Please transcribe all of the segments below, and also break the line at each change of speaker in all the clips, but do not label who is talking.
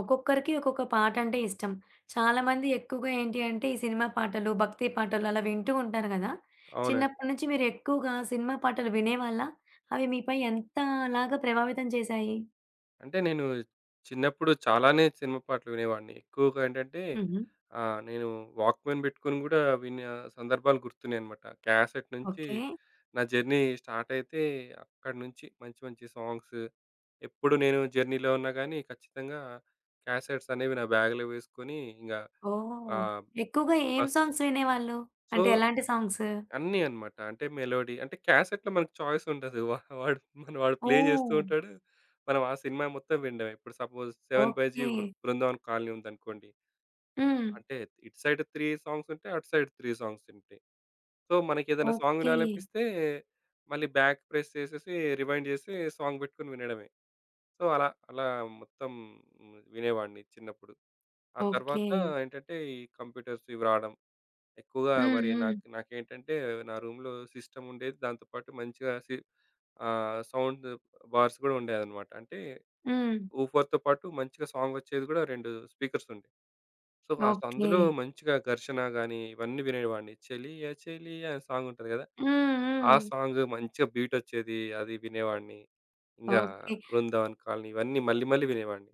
ఒక్కొక్కరికి ఒక్కొక్క పాట అంటే ఇష్టం. చాలామంది ఎక్కువగా ఏంటి అంటే, ఈ సినిమా పాటలు, భక్తి పాటలు అలా వింటూ ఉంటారు గదా!
అవునండి.
చిన్నప్పటి నుంచి మీరు ఎక్కువగా సినిమా పాటలు వినేవాళ్ళా? అవి మీపై ఎంతలాగా ప్రభావితం చేశాయి?
అంటే నేను చిన్నప్పుడు చాలానే సినిమా పాటలు వినేవాడిని. ఎక్కువగా ఏంటంటే
హుహు.
నేను వాక్‌మ్యాన్ పెట్టుకొని గూడా విన్న సందర్భాలు గుర్తున్నాయన్నమాట. క్యాసెట్ నుంచి
ఓకే.
నా జర్నీ స్టార్ట్ అయితే అక్కడి నుంచి మంచి మంచి సాంగ్స్, ఎప్పుడు నేను జర్నీలో ఉన్నా గానీ ఖచ్చితంగా క్యాసెట్స్ అనేవి నా బ్యాగ్‌లో వేసుకొని ఇంగా
ఓహ్!
ఆహ్,
ఎక్కువగా ఏం
బస్‌లో.
సాంగ్స్ వినేవాళ్ళు?
సో
అంటే ఎలాంటి సాంగ్స్?
అన్నీ అన్నమాట. అంటే మెలోడీ అంటే క్యాసెట్‌లో మనకు చాయిస్ ఉండదు. వాడు మన వాడు ప్లే చేస్తూ
ఓహ్!
ఉంటాడు. మనం ఆ సినిమా మొత్తం వినడమే. ఇప్పుడు suppose 'seven by
okay.
G', 'Brindavan colony' ఉందనుకోండి.
హ్మ్.
అంటే ఇటు సైడ్ 3 సాంగ్స్ ఉంటాయి. అటు సైడ్ 3 సాంగ్స్ ఉంటాయి. సో, మనకేదైనా సాంగ్
ఓకే.
వినాలనిపిస్తే మళ్ళీ బ్యాక్ ప్రెస్ చేసేసి, రివైండ్ చేసి, సాంగ్ పెట్టుకొని వినడమే. సో, అలా అలా మొత్తం వినేవాడిని చిన్నప్పుడు. ఆ
ఓకే.
తర్వాత ఏంటంటే ఈ కంప్యూటర్స్ ఇవి రావడం, ఎక్కువగా
హ్మ్.
మరి
హ్మ్.
నాకు నాకేంటంటే, నా రూమ్‌లో సిస్టమ్ ఉండేది. దాంతో పాటు మంచిగా సౌండ్ బార్స్ గూడా ఉండేదన్నమాట. అంటే
హ్మ్.
ఊఫర్‌తో పాటు మంచిగా సాంగ్ వచ్చేది గూడా, 2 స్పీకర్స్ ఉండే. So,
okay.
అందులో మంచిగా ఘర్షణ గాని ఇవన్నీ వినేవాడిని. 'చెలియా చెలియా' అని సాంగ్ ఉంటది గదా!
హ్మ్.
ఆ
హ్మ్.
సాంగ్ మంచిగా బీట్ వచ్చేది. అది వినేవాడిని. ఇంగా
ఓకే.
'బృందావన్ కాలనీ' ఇవన్నీ మళ్ళీ మళ్ళీ వినేవాడిని.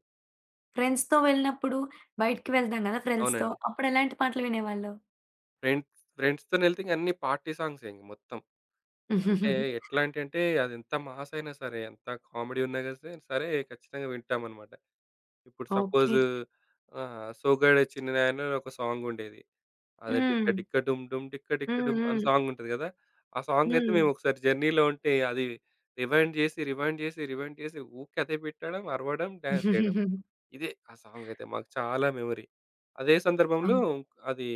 ఫ్రెండ్స్‌తో వెళ్ళినప్పుడు బయటికి వెళ్తాం గదా! ఫ్రెండ్స్‌తో.
అవునండి.
అప్పుడెలాంటి పాటలు వినేవాళ్ళు?
ఫ్రెండ్స్, ఫ్రెండ్స్‌తోనెళ్తే ఇంక అన్ని పార్టీ సాంగ్సే ఇంక మొత్తం. అంటే ఎట్లాంటంటే అదెంత మాస్ అయినా సరే, ఎంత కామెడీ ఉన్నా గాని సరే సరే ఖచ్చితంగా వింటామనమాట. ఇప్పుడు సపోజ్
ఓకే.
'సోగ్గాడే చిన్నినాయన' అని ఒక సాంగ్ ఉండేది. అదే 'డిక్క
హ్మ్.
డిక్క డుమ్ డుమ్ డిక్క డిక్క
హ్మ్.
డుమ్' అని
హ్మ్.
సాంగ్ ఉంటది గదా! ఆ సాంగ్ అయితే
హ్మ్.
మేము ఒకసారి జర్నీలో ఉంటే అది రివైండ్ జేసి, రివైండ్ జేసి, రివైండ్ జేసి ఊకె అదే పెట్టడం, అరవడం, డాన్స్ చేయడం. ఇదే ఆ సాంగ్ అయితే మాకు చాలా మెమరీ. అదే సందర్భంలో
అవును.
అది,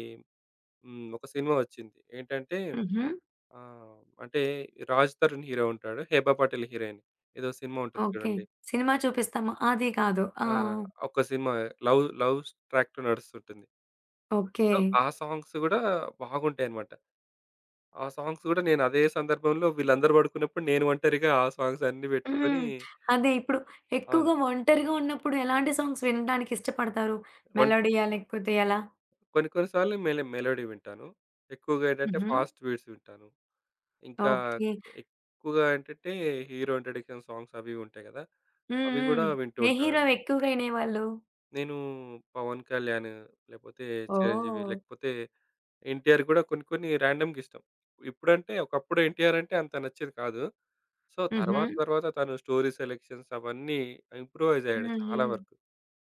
హ్మ్, ఒక సినిమా వచ్చింది. ఏంటంటే,
హుహు.
ఆ, అంటే 'రాజ్ తరుణ్' హీరో ఉంటాడు. 'హేబా పటేల్' హీరోయిన్. ఏదో సినిమా ఉంటుంది
ఓకే.
చూడండి.
సినిమా చూపిస్తాము. అది కాదు. ఆ!
ఆ! ఒక సినిమా లవ్ లవ్ ట్రాక్‌తో నడుస్తుంటుంది.
ఓకే.
సో, ఆ సాంగ్స్ గూడా బాగుంటాయన్నమాట. ఆ సాంగ్స్ గూడా నేను అదే సందర్భంలో వీళ్ళందరూ పడుకున్నప్పుడు నేను ఒంటరిగా ఆ సాంగ్స్ అన్నీ
హ్మ్.
పెట్టుకొని.
అదే ఇప్పుడు
అవును.
ఎక్కువగా ఒంటరిగా ఉన్నప్పుడు ఎలాంటి సాంగ్స్ వినడానికి ఇష్టపడతారు?
వన్
మెలోడీయా? లేకపోతే ఎలా?
కొన్ని కొన్ని సార్లు మెలోడీ వింటాను. ఎక్కువగా ఏంటంటే
హుహు.
ఫాస్ట్ బీట్స్ వింటాను. ఇంకా
ఓకే.
ఎక్కువగా ఏంటంటే హీరో ఇంట్రడక్షన్ సాంగ్స్ అవి ఉంటాయి గదా!
హ్మ్.
అవి గూడా
హ్మ్.
వింటూ
ఏ హీరో
ఉంటాను.
ఎక్కువగా వినేవాళ్ళు?
నేను 'పవన్ కళ్యాణ్', లేపోతే 'చిరంజీవి',
ఓహ్!
లేకపోతే 'ఎన్టీఆర్' గూడా కొన్ని కొన్ని ర్యాండమ్‌గా ఇష్టం. ఇప్పుడంటే, ఒకప్పుడు 'ఎన్టీఆర్' అంటే అంత నచ్చేది కాదు. సో,
హుహు.
తర్వాత తర్వాత తను స్టోరీ సెలక్షన్స్ అవన్నీ ఇంప్రూవైజ్
హ్మ్.
అయ్యాడు చాలా
హ్మ్.
వరకు.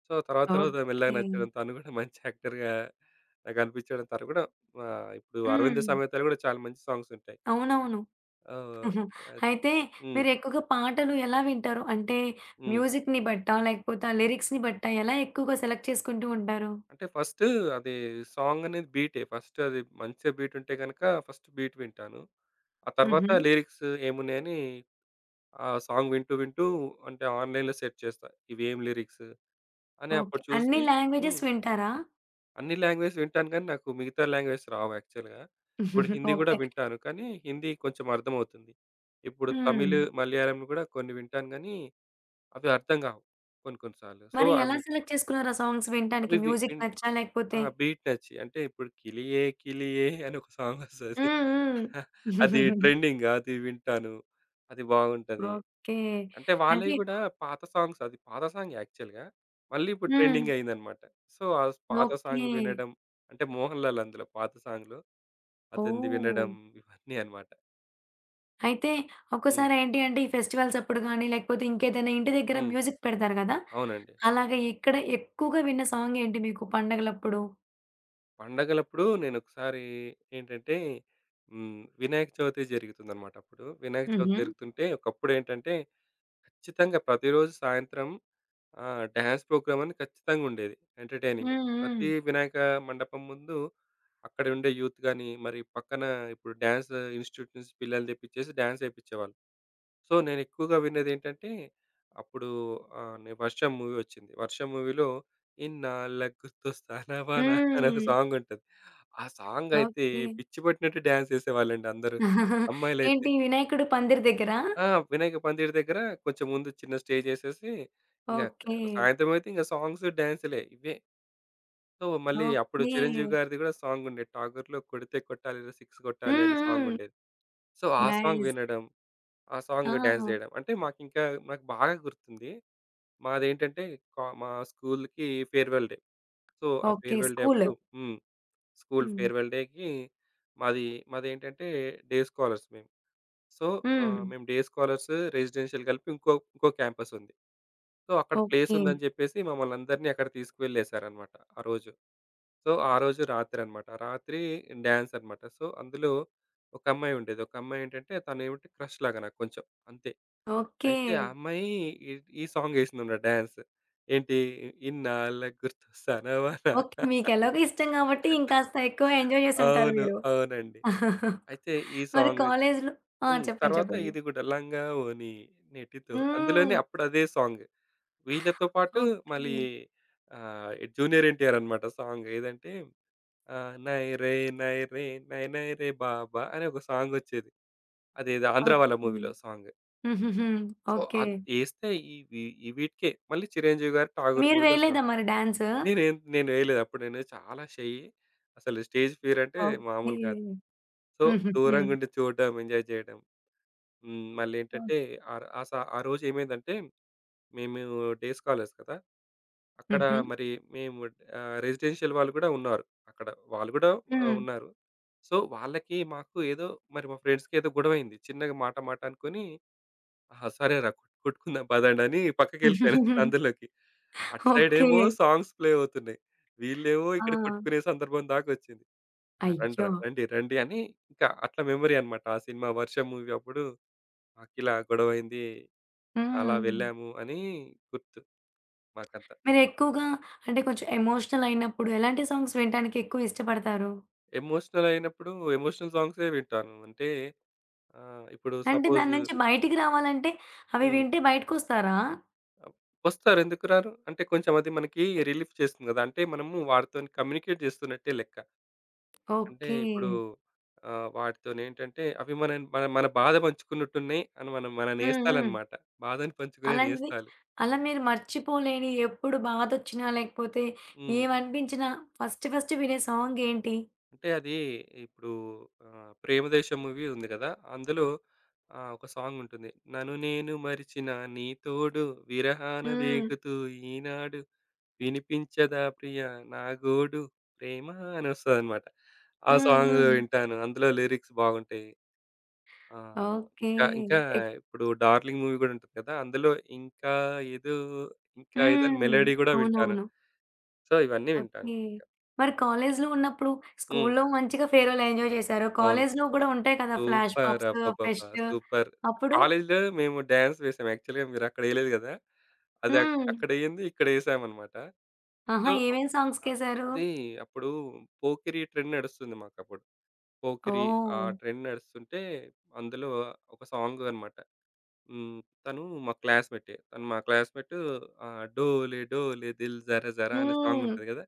సో, తర్వాత తర్వాత మెల్లగా
ఓకే.
నచ్చడం, తను గూడా మంచి యాక్టర్‌గా నాకనిపించడం, తను గూడా ఇప్పుడు 'అరవింద
హ్మ్.
సమేతలో' గూడా చాలా మంచి సాంగ్స్ ఉంటాయి.
అవునవును.
ఆహ్, అది
అయితే
హ్మ్.
మీరెక్కువగా పాటలు ఎలా వింటారు? అంటే
హ్మ్.
మ్యూజిక్‌ని బట్టా? లేకపోతే ఆ లిరిక్స్‌ని బట్టా? ఎలా ఎక్కువగా సెలెక్ట్ చేసుకుంటూ ఉంటారు?
అంటే ఫస్ట్ అది సాంగ్ అనేది బీటే. ఫస్ట్ అది మంచిగా బీట్ ఉంటే గనక ఫస్ట్ బీట్ వింటాను. ఆ తర్వాత
హుహు.
లిరిక్స్ ఏమున్నాయని ఆ సాంగ్ వింటూ, వింటూ అంటే ఆన్‌లైన్‌లో సెర్చ్ చేస్తా. ఇవేం లిరిక్స్ అని
ఓకే.
అప్పుడు
అన్ని
చూసి.
లాంగ్వేజెస్
హ్మ్.
వింటారా?
అన్ని లాంగ్వేజ్ వింటాను గానీ, నాకు మిగతా లాంగ్వేజ్ రావు యాక్చువల్‌గా. ఇప్పుడు హిందీ గూడా
ఓకే.
వింటాను. కానీ హిందీ కొంచెం అర్థమవుతుంది. ఇప్పుడు
హ్మ్.
తమిళ్, మలయాళం గూడా కొన్ని వింటాను గానీ, అవి అర్థం గావు కొన్ని, కొన్ని సార్లు. సో,
మరి
అవి
ఎలా సెలెక్ట్ చేసుకున్నారు ఆ సాంగ్స్ వినటానికి?
అవి వి
మ్యూజిక్
విన్
నచ్చా?
ఆ!
లేకపోతే
'బీట్ నచ్చి' అంటే, ఇప్పుడు 'కిలియే కిలియే' అని ఒక సాంగ్ వస్తది.
హ్మ్. హ్మ్.
అది ట్రెండింగ్, అది వింటాను. అది బాగుంటది.
ఓకే.
అంటే వాళ్ళయి
అంటే
గూడా పాత సాంగ్స్, అది పాత సాంగ్ యాక్చువల్‌గా. మళ్ళీ ఇప్పుడు
హ్మ్.
ట్రెండింగ్ అయిందన్నమాట. సో, ఆ పాత సాంగ్
ఓకే.
వినడం, అంటే 'మోహన్ లాల్' అందులో పాత సాంగ్‌లో. అతనిది వినడం,
ఓహ్!
ఇవన్నీ అన్నమాట.
అయితే
హ్మ్.
ఒక్కోసారి ఏంటి అంటే, ఈ ఫెస్టివల్స్ అప్పుడు గాని, లేకపోతే ఇంకేదైనా ఇంటి దగ్గర
హ్మ్.
మ్యూజిక్ పెడతారు గదా!
అవునండి.
అలాగా ఇక్కడ ఎక్కువగా విన్న సాంగ్ ఏంటి మీకు పండగలప్పుడు?
పండగలప్పుడు నేనొకసారి, ఏంటంటే, హ్మ్, వినాయక చవితి జరుగుతుందన్నమాట అప్పుడు. వినాయక చవితి
హుహు.
జరుగుతుంటే ఒకప్పుడేంటంటే ఖచ్చితంగా ప్రతిరోజు సాయంత్రం డాన్స్ ప్రోగ్రామ్ అని ఖచ్చితంగా ఉండేది. ఎంటర్‌టైనింగ్‌గా.
హ్మ్. హ్మ్.
ప్రతి వినాయక మండపం ముందు, అక్కడ ఉండే యూత్ గాని, మరి పక్కన ఇప్పుడు డాన్స్ ఇన్‌స్టిట్యూట్ నుంచి పిల్లల్ని తెప్పించేసి డాన్స్ ఏపిచ్చేవాళ్ళు. సో, నేను ఎక్కువగా విన్నదేంటంటే, అప్పుడు ఆహ్, నే 'వర్షం' మూవీ వచ్చింది. 'వర్షం' మూవీలో 'ఇన్నాళ్ళ గుర్తొస్తానవా నా' అని ఒక
హ్మ్.
సాంగ్ ఉంటది. ఆ సాంగ్ అయితే
ఓకే.
పిచ్చి పట్టినట్టు డాన్స్ ఏసేవాళ్ళండి అందరూ. అమ్మాయిలైతే.
ఏంటి వినాయకుడు పందిరి దగ్గరా?
ఆ! వినాయక పందిరి దగ్గర కొంచెం ముందు చిన్న స్టేజ్ ఏసేసి, ఇంగా
ఓకే.
సాయంత్రం అయితే ఇంగ సాంగ్స్, డాన్సులే ఇవే. సో, మళ్ళీ అప్పుడు
ఓకే.
చిరంజీవి గారిది గూడా సాంగుండేది. 'ఠాగూర్‌లో కొడితే కొట్టాలిరా సిక్స్ కొట్టాలి'
హ్మ్.
అని
హ్మ్.
సాంగుండేది. సో, ఆ సాంగ్
నైస్.
వినడం, ఆ సాంగ్ డాన్స్
ఆ!
జేయడం. అంటే మాకింకా, నాకు బాగా గుర్తుంది. మాదేంటంటే మా స్కూలుకి ఫేర్‌వెల్ డే. సో, ఆ
ఓకే.
Farewell day
school.
అప్పుడు, హ్మ్, స్కూలు
హ్మ్.
ఫేర్‌వెల్ డేకి మాది, మాదేంటంటే, డే స్కాలర్స్ మేము. సో,
హ్మ్.
మేము డే స్కాలర్స్, రెసిడెన్షియల్ కలిపి ఇంకో ఇంకో క్యాంపసుంది. సో, అక్కడ ప్లేస్
ఓకే.
ఉందని చెప్పేసి మమ్మల్నందరిని అక్కడ తీసుకువెళ్ళేసారనమాట ఆ రోజు. సో, ఆ రోజు రాత్రనమాట. రాత్రి డాన్స్ అనమాట. రాత్రి డ్యాన్స్ అన్నమాట. సో, అందులో ఒక అమ్మాయి ఉండేది. ఒక అమ్మాయి ఏంటంటే తనేమిటి క్రష్ లాగా నాకు కొంచెం, అంతే.
ఓకే.
అయితే ఆ అమ్మాయి ఈ ఈ సాంగ్ ఏసిందనమాట డాన్స్. ఏంటి 'ఇన్నాళ్ళకి గుర్తొస్తానవా
ఓకే.
నా'.
మీకెలాగో ఇష్టం గాబట్టి ఇంకాస్త ఎక్కువ ఎంజాయ్ జేసుంటారు
అవును.
మీరు.
అవునండి. అయితే ఈ
మరి
సాంగ్,
కాలేజ్‌లో ఆ!
హ్మ్,
చెప్పండి.
తర్వాత
చెప్పండి.
ఇది గూడా లంగా ఓణి నేటితో అందులోనే
హ్మ్.
అప్పుడు అదే సాంగ్. వీళ్ళతో పాటు
ఓకే.
మళ్ళీ జూనియర్ ఎన్టీఆర్ అనమాట సాంగ్. ఏదంటే 'నై రే, నై రే, నై నై రే బాబా' అని ఒక సాంగొచ్చేది. అదేదో 'ఆంధ్ర వాళ్ళ'
ఓకే.
మూవీలో సాంగ్.
హుహుహు.
So
okay.
ఏస్తే ఇవి ఈ వీటికే. మళ్ళీ చిరంజీవి గారి 'ఠాగూర్'
మీరు
మూవీలో సాంగ్.
వేయలేదా మరి డాన్సు?
నేను వేయలేదు. అప్పుడు నేను చాలా షై. అసలు స్టేజ్ ఫియర్ అంటే
ఓకే.
మామూలు కాదు. సో
హుహుహు.
దూరంగుండి చూడడం, ఎంజాయ్ చేయడం. హ్మ్.
హ్మ్.
మళ్ళేంటంటే ఆహ్, ఆ స ఆ రోజు ఏమైందంటే మేము డే స్కాలర్స్ కదా! అక్కడ
హుహు.
మరి మేము, రెసిడెన్షియల్ వాళ్ళు గూడా ఉన్నారు. అక్కడ వాళ్ళు గూడా
హ్మ్.
ఉన్నారు. సో, వాళ్ళకి మాకు ఏదో, మరి మా ఫ్రెండ్స్‌కి ఏదో గొడవైంది. చిన్నగా మాట మాట అనుకోని, ఆహా! సరేరా, కొట్టుకుందాం పదండి అని పక్కకెళ్ళిపోయాను సందులోకి. అటు
ఓకే.
సైడేమో సాంగ్స్ ప్లే అవుతున్నాయి. వీళ్ళేమో
ఆ!
ఇక్కడ కొట్టుకునే సందర్భం దాకొచ్చింది. ఆ!
అయ్యో!
రండిరా, రండి రండి అని, ఇంకా అట్లా మెమరీ అన్నమాట. ఆ సినిమా 'వర్షం' మూవీ అప్పుడు మాకిలా గొడవైంది. అలా
హ్మ్.
వెళ్ళాము అని గుర్తు మాకంతా.
మీరెక్కువగా అంటే కొంచెం ఎమోషనల్ అయినప్పుడు ఎలాంటి సాంగ్స్ వినటానికి ఎక్కువ ఇష్టపడతారు?
ఎమోషనల్ అయినప్పుడు ఎమోషనల్ సాంగ్సే వింటాను. అంటే ఇప్పుడు
అంటే దాని
సపోజ్,
నుంచి బయటికి రావాలంటే అవి
హ్మ్,
వింటే బయటకొస్తారా?
ఆహ్, వస్తారు, ఎందుకు రారు? అంటే కొంచెం అది మనకి రిలీఫ్ చేస్తుంది గదా! అంటే మనము వాటితోని కమ్యూనికేట్ చేస్తున్నట్టే లెక్క. అంటే
ఓకే.
ఇప్పుడు వాటితోనేంటంటే అవి మన మన మన బాధ పంచుకున్నట్టున్నాయి అని మనం మన
హ్మ్. హ్మ్.
నేస్తాలన్నమాట. బాధను పంచుకునే
అలాంటిది
నేస్తాలు.
అలా మీరు మర్చిపోలేని ఎప్పుడు బాధొచ్చినా, లేకపోతే
హ్మ్.
ఏమనిపించినా ఫస్ట్ ఫస్ట్ వినే సాంగేంటి?
అంటే అది ఇప్పుడు 'ప్రేమదేశం' మూవీ ఉంది గదా! అందులో ఒక సాంగ్ ఉంటుంది. 'నన్ను నేను మరిచిన, నీ తోడు విరహాన
హ్మ్.
వేగుతూ, ఈనాడు వినిపించదా ప్రియా, నా గోడు ప్రేమ' అని వస్తదనమాట. ఆ
హ్మ్.
సాంగ్
హ్మ్.
వింటాను. అందులో లిరిక్స్ బాగుంటాయి. ఆ!
ఓకే.
ఇంకా ఇంకా
ఎక్
ఇప్పుడు 'డార్లింగ్' మూవీ గూడా ఉంటుంది కదా! అందులో ఇంకా ఏదో, ఇంకా ఏదో అని
హ్మ్.
మెలోడీ గూడా వింటాను.
అవునవును.
సో, ఇవన్నీ వింటాను.
ఓకే.
ఇంకా.
మరి కాలేజీలో ఉన్నప్పుడు
హ్మ్.
స్కూల్లో మంచిగా ఫేర్‌వెల్ ఎంజాయ్ చేశారు.
అవును.
కాలేజీలో కూడా ఉంటాయి కదా! Flash
super!
మాబ్స్,
అబ్బబ్బబ్బా!
Fest
super!
అప్పుడు?
కాలేజ్‌లో మేము డాన్స్ వేసాం. యాక్చువల్‌గా మీరక్కడ ఎయలేదు గదా! అది
హ్మ్.
అక్కడెయ్యింది, ఇక్కడేసామనమాట.
ఆహా!
సో, అప్
ఏమేం
ఆహ్,
సాంగ్స్‌కేశారు?
అది అప్పుడు పోకిరి ట్రెండ్ నడుస్తుంది మాకప్పుడు. పోకిరి ఆ
ఓహ్!
ట్రెండ్ నడుస్తుంటే, అందులో ఒక సాంగ్ అనమాట. హ్మ్. తను మా క్లాస్‌మేటే. తను మా క్లాస్‌మేటు. 'డోలే డోలే దిల్ జర జర' అనే
హ్మ్.
సాంగుంటది గదా!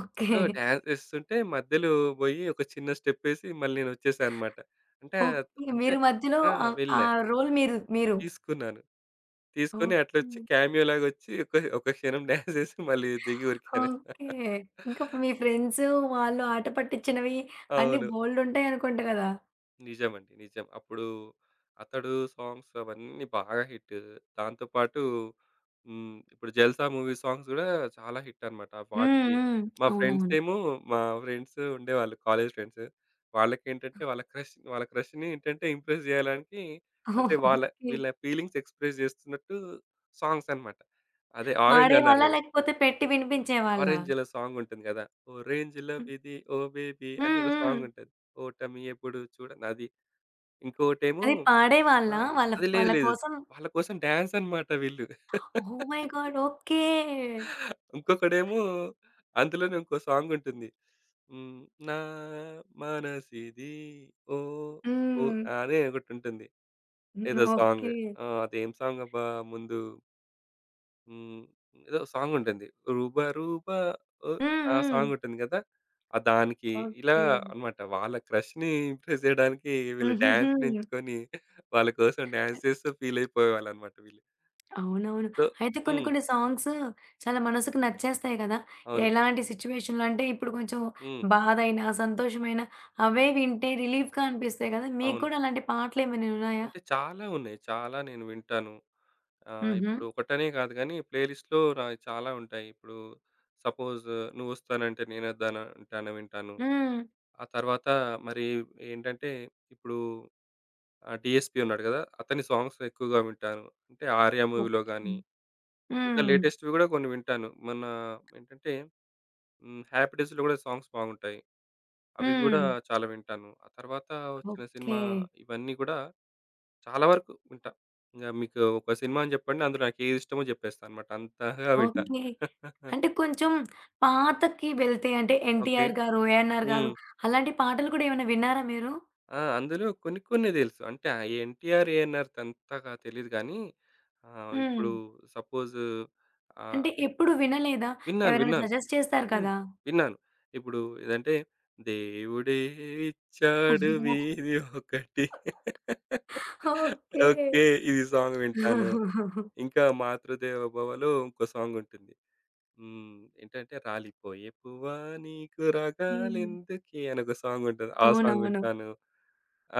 ఓకే.
సో, డాన్స్ చేస్తుంటే మధ్యలో బోయి ఒక చిన్న స్టెప్పేసి మళ్ళీ నేనొచ్చేసాననమాట. అంటే,
ఓకే.
అంటే
మీరు మధ్యలో
ఆ!
ఆ
వెళ్ళా.
రోల్ మీరు మీరు.
తీసుకున్నాను. తీసుకొని
ఓకే.
అట్లొచ్చి క్యామియో లాగొచ్చి ఒక ఒక క్షణం డాన్స్ చేసి మళ్ళీ దిగి ఉరికాను.
ఓకే. ఇంకప్పుడు మీ ఫ్రెండ్సు వాళ్ళు ఆట పట్టిచ్చినవి అన్నీ
అవును.
బోలెడుంటాయనుకుంట గదా!
నిజమండి. నిజం. అప్పుడు అతడు సాంగ్స్ అవన్నీ బాగా హిట్. దాంతో పాటు, హ్మ్, ఇప్పుడు 'జల్సా' మూవీ సాంగ్స్ గూడా చాలా హిట్ అన్నమాట.
హ్మ్.
వాటికి
హ్మ్.
మా
అవునవును.
ఫ్రెండ్సేమో, మా ఫ్రెండ్స్ ఉండేవాళ్ళు కాలేజ్ ఫ్రెండ్స్. వాళ్ళకేంటంటే వాళ్ళ క్రష్‌ని ఏంటంటే ఇంప్రెస్ జేయడానికి, అంటే వాళ్ళ,
ఓకే.
వీళ్ళ ఫీలింగ్స్ ఎక్స్‌ప్రెస్ జేస్తున్నట్టు సాంగ్స్ అన్నమాట. అదే 'ఆరెంజ్' అన్నారు
పాడేవాళ్ళా?
గదా!
లేకపోతే పెట్టి వినిపించేవాళ్ళా?
'ఆరెంజ్‌లో' సాంగ్ ఉంటుంది గదా! 'ఓ రేంజ్ లవ్
హ్మ్.
ఇది ఓ బేబీ' అని
హ్మ్.
ఒక
హ్మ్.
సాంగ్ ఉంటది. 'ఓటమి ఎప్పుడు చూడనది' ఇంకొకటేమో,
అది పాడేవాళ్ళా?
ఆహ్,
వాళ్ళ
అది లేదు
వాళ్ళ
లేదు.
కోసం
వాళ్ళ కోసం డాన్స్ అన్నమాట వీళ్ళు.
Oh my god! ఓకే.
ఇంకొకడేమో అందులోనే ఇంకో సాంగ్ ఉంటుంది. హ్మ్. నా మనసిది, ఓ, ఓ,
హ్మ్.
అదే ఒకటుంటుంది.
హ్మ్.
ఏదో సాంగ్.
ఓకే.
ఆ! అదేం సాంగ్ అబ్బా! ముందు, హ్మ్, ఏదో సాంగుంటుంది. 'రూబ రూబ ఓ'
హ్మ్.
ఆ
హ్మ్.
సాంగుంటుంది గదా! ఆ దానికి ఇలా
ఓకే.
అన్నమాట. వాళ్ళ క్రష్‌ని ఇంప్రెస్ జేయడానికి వీళ్ళు డాన్స్‌ని
హుహుహు.
ఎంచుకొని వాళ్ళ కోసం డాన్స్ చేస్తూ ఫీలయిపోయేవాళ్ళన్నమాట వీళ్ళు.
అవునవును.
సో
అయితే కొన్ని
హ్మ్.
కొన్ని సాంగ్స్ చాలా మనసుకు నచ్చేస్తాయి గదా!
అవును.
ఎలాంటి సిట్యుయేషన్‌లో అంటే ఇప్పుడు కొంచెం
హ్మ్.
బాధైనా, సంతోషమైనా అవే వింటే రిలీఫ్‌గా అనిపిస్తాయి గదా! మీకు
అవును.
గూడా అలాంటి పాటలేమైనా ఉన్నాయా?
అంటే చాలా ఉన్నాయి. చాలా నేను వింటాను.
హుహు.
ఇప్పుడు ఒకటనే కాదు గానీ ప్లే లిస్ట్‌లో నాయి చాలా ఉంటాయి. ఇప్పుడు సపోజ్ నువ్వొస్తానంటే నేనొద్దాన అంటాన వింటాను.
హ్మ్.
ఆ తర్వాత మరి, ఏంటంటే, ఇప్పుడు ఆ! 'డీఎస్‌పీ' ఉన్నాడు గదా! అతని సాంగ్స్ ఎక్కువగా వింటాను. అంటే 'ఆర్య' మూవీలో గాని,
ఓకే.
ఇంకా
హ్మ్.
లేటెస్ట్‌వి గూడా కొన్ని వింటాను. మొన్న ఏంటంటే, హ్మ్, 'హ్యాపీ డేస్‌లో' గూడా సాంగ్స్ బాగుంటాయి. అవి గూడా
హ్మ్.
చాలా వింటాను. ఆ తర్వాత వచ్చిన
ఓకే.
సినిమా ఇవన్నీ గూడా చాలా వరకు వింటా. ఇంగ మీకు ఒక సినిమా అని జెప్పండి. అందులో నాకేది ఇష్టమో జెప్పేస్తా అన్నమాట. అంతగా వింటా.
ఓకే. అంటే కొంచెం పాతకి వెళ్తే అంటే
ఓకే.
'ఎన్టీఆర్' గారు, 'ఏఎన్నార్' గారు
హ్మ్.
అలాంటి పాటలు కూడా ఏమైనా విన్నారా మీరు?
ఆ! అందులో కొన్ని కొన్ని దెలుసు. అంటే ఆ 'ఎన్టీఆర్, ఏఎన్ఆర్‌ది' అంతగా తెలీదు గానీ
హ్మ్.
ఇప్పుడు సపోజ్, ఆహ్
అంటే ఎప్పుడు వినలేదా?
విన్నాను.
ఎవరైనా
విన్నాను.
సజెస్ట్ చేస్తారు
హ్మ్.
కదా!
విన్నాను. ఇప్పుడు ఏదంటే 'దేవుడే ఇచ్చాడు వీధి ఒకటి'.
ఓకే.
ఓకే. ఇది సాంగ్ వింటాను. ఇంకా 'మాతృదేవ భవ'లో ఇంకో సాంగ్ ఉంటుంది. హ్మ్. ఏంటంటే 'రాలిపోయే పువ్వా నీకు
హ్మ్.
రాగాలెందుకే' అని ఒక సాంగ్ ఉంటది. ఆ సాంగ్
అవునవును.
వింటాను.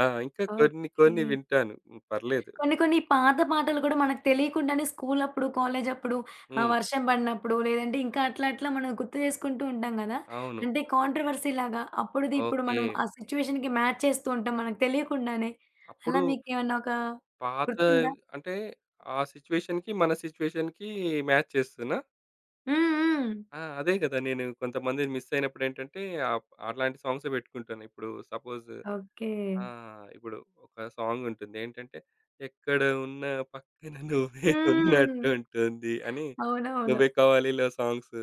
ఆ! ఇంకా కొన్ని
ఓకే.
కొన్ని వింటాను. హ్మ్. పర్లేదు.
కొన్ని కొన్ని పాత పాటలు కూడా మనకు తెలియకుండానే స్కూలప్పుడు, కాలేజప్పుడు
హ్మ్.
వర్షం పడినప్పుడు లేదంటే ఇంకా అట్లా అట్లా మనం గుర్తు చేసుకుంటూ ఉంటాం గదా!
అవును.
అంటే కాంట్రోవర్సీ లాగా అప్పుడిది ఇప్పుడు
ఓకే.
మనం ఆ సిట్యుయేషన్‌కి మ్యాచ్ చేస్తూ ఉంటాం మనకు తెలియకుండానే. అలా
అప్పుడు
మీకేమన్నా ఒక
పాత,
గుర్తుందా?
అంటే ఆ సిచ్యుయేషన్‌కి, మన సిచ్యుయేషన్‌కి మ్యాచ్ చేస్తున్నా.
హ్మ్. హ్మ్.
ఆ! అదే కదా! నేను కొంతమందిని మిస్ అయినప్పుడు ఏంటంటే, ఆహ్, అట్లాంటి సాంగ్సే పెట్టుకుంటాను. ఇప్పుడు సపోజ్,
ఓకే.
ఇప్పుడు ఒక సాంగ్ ఉంటుంది. ఏంటంటే, 'ఎక్కడ ఉన్నా పక్కన నువ్వే
హ్మ్.
ఉన్నట్టుంటుంది' అని,
అవునవును.
'నువ్వే కావాలి'లో సాంగ్స్.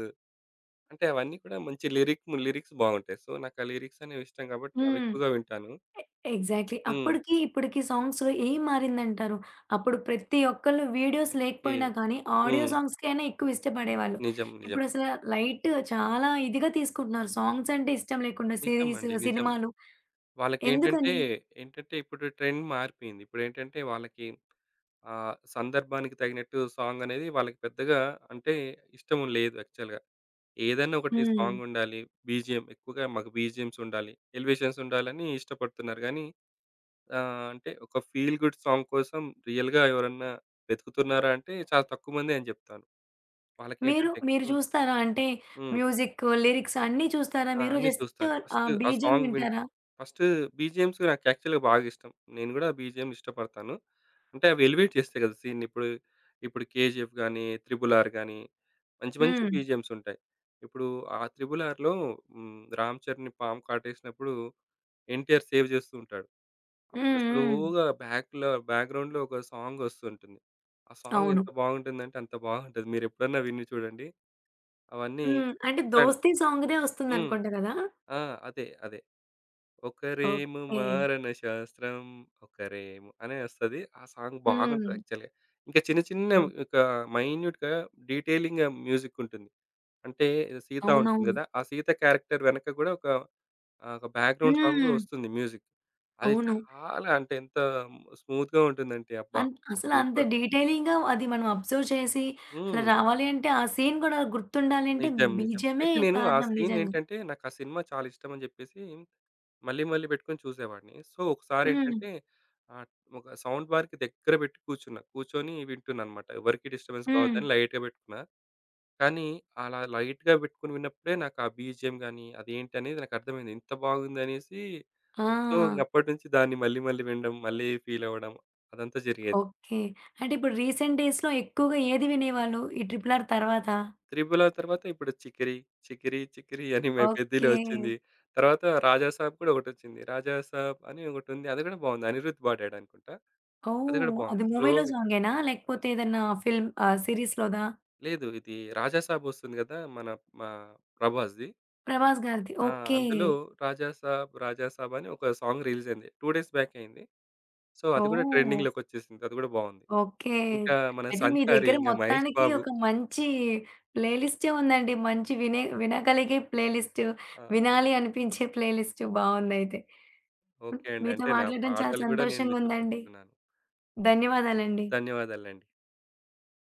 అంటే అవన్నీ కూడా మంచి లిరిక్స్ బాగుంటాయి. సో, నాకు ఆ లిరిక్స్ అనేవి ఇష్టం కాబట్టి అవి
హ్మ్.
ఎక్కువగా వింటాను.
ఎగ్జాక్ట్‌లీ.
హ్మ్.
అప్పటికి, ఇప్పటికి సాంగ్స్‌లో ఏం మారిందంటారు? అప్పుడు ప్రతి ఒక్కళ్ళు వీడియోస్
ఓకే.
లేకపోయినా కానీ, ఆడియో
హ్మ్.
సాంగ్స్‌కైనా ఎక్కువ ఇష్టపడేవాళ్ళు.
నిజం. నిజం.
ఇప్పుడసల లైట్ చాలా ఇదిగా తీసుకుంటున్నారు. సాంగ్స్ అంటే ఇష్టం లేకుండా
నిజం
సిరీస్,
అండి. నిజం.
సినిమాలు
వాళ్ళకేంటంటే,
ఎందుకని?
ఏంటంటే ఏంటంటే ఇప్పుడు ట్రెండ్ మారిపోయింది. ఇప్పుడేంటంటే వాళ్ళకి సందర్భానికి తగినట్టు సాంగ్ అనేది వాళ్ళకి పెద్దగా, అంటే ఇష్టం లేదు యాక్చువల్‌గా. ఏదైనా ఒకటి
హ్మ్.
సాంగ్ ఉండాలి. బీజీఎం ఎక్కువగా, మాకు బీజీఎమ్స్ ఉండాలి. ఎలివేషన్స్ ఉండాలని ఇష్టపడుతున్నారు గానీ, అంటే ఒక ఫీల్ గుడ్ సాంగ్ కోసం రియల్‌గా ఎవరన్నా వెతుకుతున్నారా అంటే చాలా తక్కువ మందే అని చెప్తాను.
మీరు,
వాళ్ళకేంటంటే
మీరు
హ్మ్.
చూస్తారా? అంటే
హ్మ్.
మ్యూజిక్, లిరిక్స్ అన్నీ చూస్తారా
ఆ!
మీరు?
అన్నీ
జస్ట్
చూస్తాను.
ఆ
ఫస్ట్ ఆ
బీజం
సాంగ్ విన్
వింటారా?
ఫస్ట్ బీజీఎమ్స్ నాకు యాక్చువల్‌గా బాగా ఇష్టం. నేను గూడా బీజీఎం ఇష్టపడతాను. అంటే అవి ఎలివేట్ చేస్తాయి గదా! సీన్‌ని. ఇప్పుడు 'కేజీఎఫ్' గాని, 'త్రిబుల్ ఆర్' గాని మంచి మంచి
హ్మ్.
బీజీఎమ్స్ ఉంటాయి. ఇప్పుడు ఆ 'త్రిబుల్ ఆర్‌లో', హ్మ్, 'రామ్ చరణ్' పాము కాటేసినప్పుడు 'ఎన్టీఆర్' సేవ్ చేస్తూ ఉంటాడు.
హ్మ్.
అప్పుడు
హ్మ్.
స్లోగా బ్యాక్‌లో, బ్యాక్‌గ్రౌండ్‌లో ఒక సాంగ్ వస్తుంటుంది. ఆ సాంగ్
అవును.
ఎంత బాగుంటుందంటే అంత బాగుంటది. మీరెప్పుడన్నా విని చూడండి. అవన్నీ
హ్మ్. అంటే
ఇట్లాంటివి.
'దోస్తీ' సాంగ్‌దే
హ్మ్.
వస్తుందనుకుంట కదా!
ఆ! అదే. అదే. ఒకరేమో
ఓకే.
'మారన శాస్త్రం', ఒకరేమో అనే వస్తది. ఆ సాంగ్
హ్మ్.
బాగుంటది యాక్చువల్‌గా. ఇంకా చిన్న చిన్న
ఓకే.
ఒక మైన్యూట్‌గా, డీటెయిలింగ్‌గా మ్యూజిక్ ఉంటుంది. అంటే సీత ఉంటుంది
అవునవును.
గదా! ఆ సీత క్యారెక్టర్ వెనక గూడా ఒక ఒక బ్యాక్‌గ్రౌండ్ సాంగ్
హ్మ్.
వస్తుంది మ్యూజిక్. అది
అవును.
చాలా, అంటే ఎంత స్మూత్‌గా ఉంటుందంటే, అబ్బా!
అసలంత
సూపర్.
డీటెయిలింగ్‌గా అది మనం అబ్జర్వ్ చేసి అలా
హ్మ్.
రావాలి అంటే, ఆ సీన్ గూడా గుర్తుండాలి అంటే
నిజం. నిజం.
బీజీఎమే
అయితే నేను ఆ
కారణం
సీన్
నిజంగా.
ఏంటంటే నాకు ఆ సినిమా చాలా ఇష్టం అని జెప్పేసి మళ్ళీ మళ్ళీ పెట్టుకొని చూసేవాడిని. సో,
హ్మ్.
ఒకసారేంటంటే ఆహ్, ఒక సౌండ్ బార్‌కి దగ్గర పెట్టి కూర్చున్నా. కూర్చొని వింటున్నాననమాట. ఎవరికీ డిస్టర్బెన్స్
హ్మ్.
కావద్దని లైట్‌గా పెట్టుకున్నా. కానీ అలా లైట్‌గా పెట్టుకొని విన్నప్పుడే నాకు ఆ బీజీఎం గాని, అదేంటనేది నాకు అర్థమైంది. ఇంత బాగుందనేసి, సో, ఇంక
ఆ!
అప్పటినుంచి దాన్ని మళ్ళీ మళ్ళీ వినడం, మళ్ళీ ఫీల్ అవ్వడం, అదంతా జరిగేది.
ఓకే. అంటే ఇప్పుడు రీసెంట్ డేస్‌లో ఎక్కువగా ఏది వినేవాళ్ళు ఈ 'ట్రిపుల్ ఆర్' తర్వాత?
'త్రిబుల్' ఆ తర్వాత ఇప్పుడు 'చికిరి చికిరి చికిరి' అని 'పెద్దిలో'
ఓకే.
వచ్చింది. తర్వాత 'రాజాసాబ్' కూడా ఒకటొచ్చింది. 'రాజాసాబ్' అని ఒకటుంది. అది కూడా బాగుంది. అనిరుద్ పాడాడనుకుంటా. అది
ఓహ్!
కూడా
అది
బాగుంది.
మూవీలో
స్లోగా.
సాంగేనా?
ఆ!
లేకపోతే ఏదన్నా ఫిల్మ్ సీరీస్‌లోదా?
లేదు. ఇది 'రాజాసాబ్' వస్తుంది గదా! మా ప్రభాస్‌ది.
'ప్రభాస్' గారిది.
ఆ!
ఓకే.
అందులో 'రాజాసాబ్ రాజాసాబ్' అని ఒక సాంగ్ రిలీజ్ అయింది. 2 డేస్ బ్యాక్ అయింది. సో, అది గూడా
ఓహ్!
ట్రెండింగ్‌లోకొచ్చేసింది. అది గూడా బావుంది.
ఓకే.
ఇంకా మన
అయితే మీ
'సంచారి'
దగ్గర
ఇంగ 'మహేష్
మొత్తానికి
బాబు'.
ఒక మంచి ప్లే లిస్టే ఉందండి. మంచి వినగలిగే ప్లే లిస్ట్,
ఆ!
వినాలి అనిపించే ప్లే లిస్ట్ బావుందయితే.
ఓకే అండి.
మీతో
అంటే నా
మాట్లాడడం చాలా
పాటలు గూడా నేను మీతో
సంతోషంగుందండి.
పంచుకున్నాను.
ధన్యవాదాలండి.
ధన్యవాదాలండి.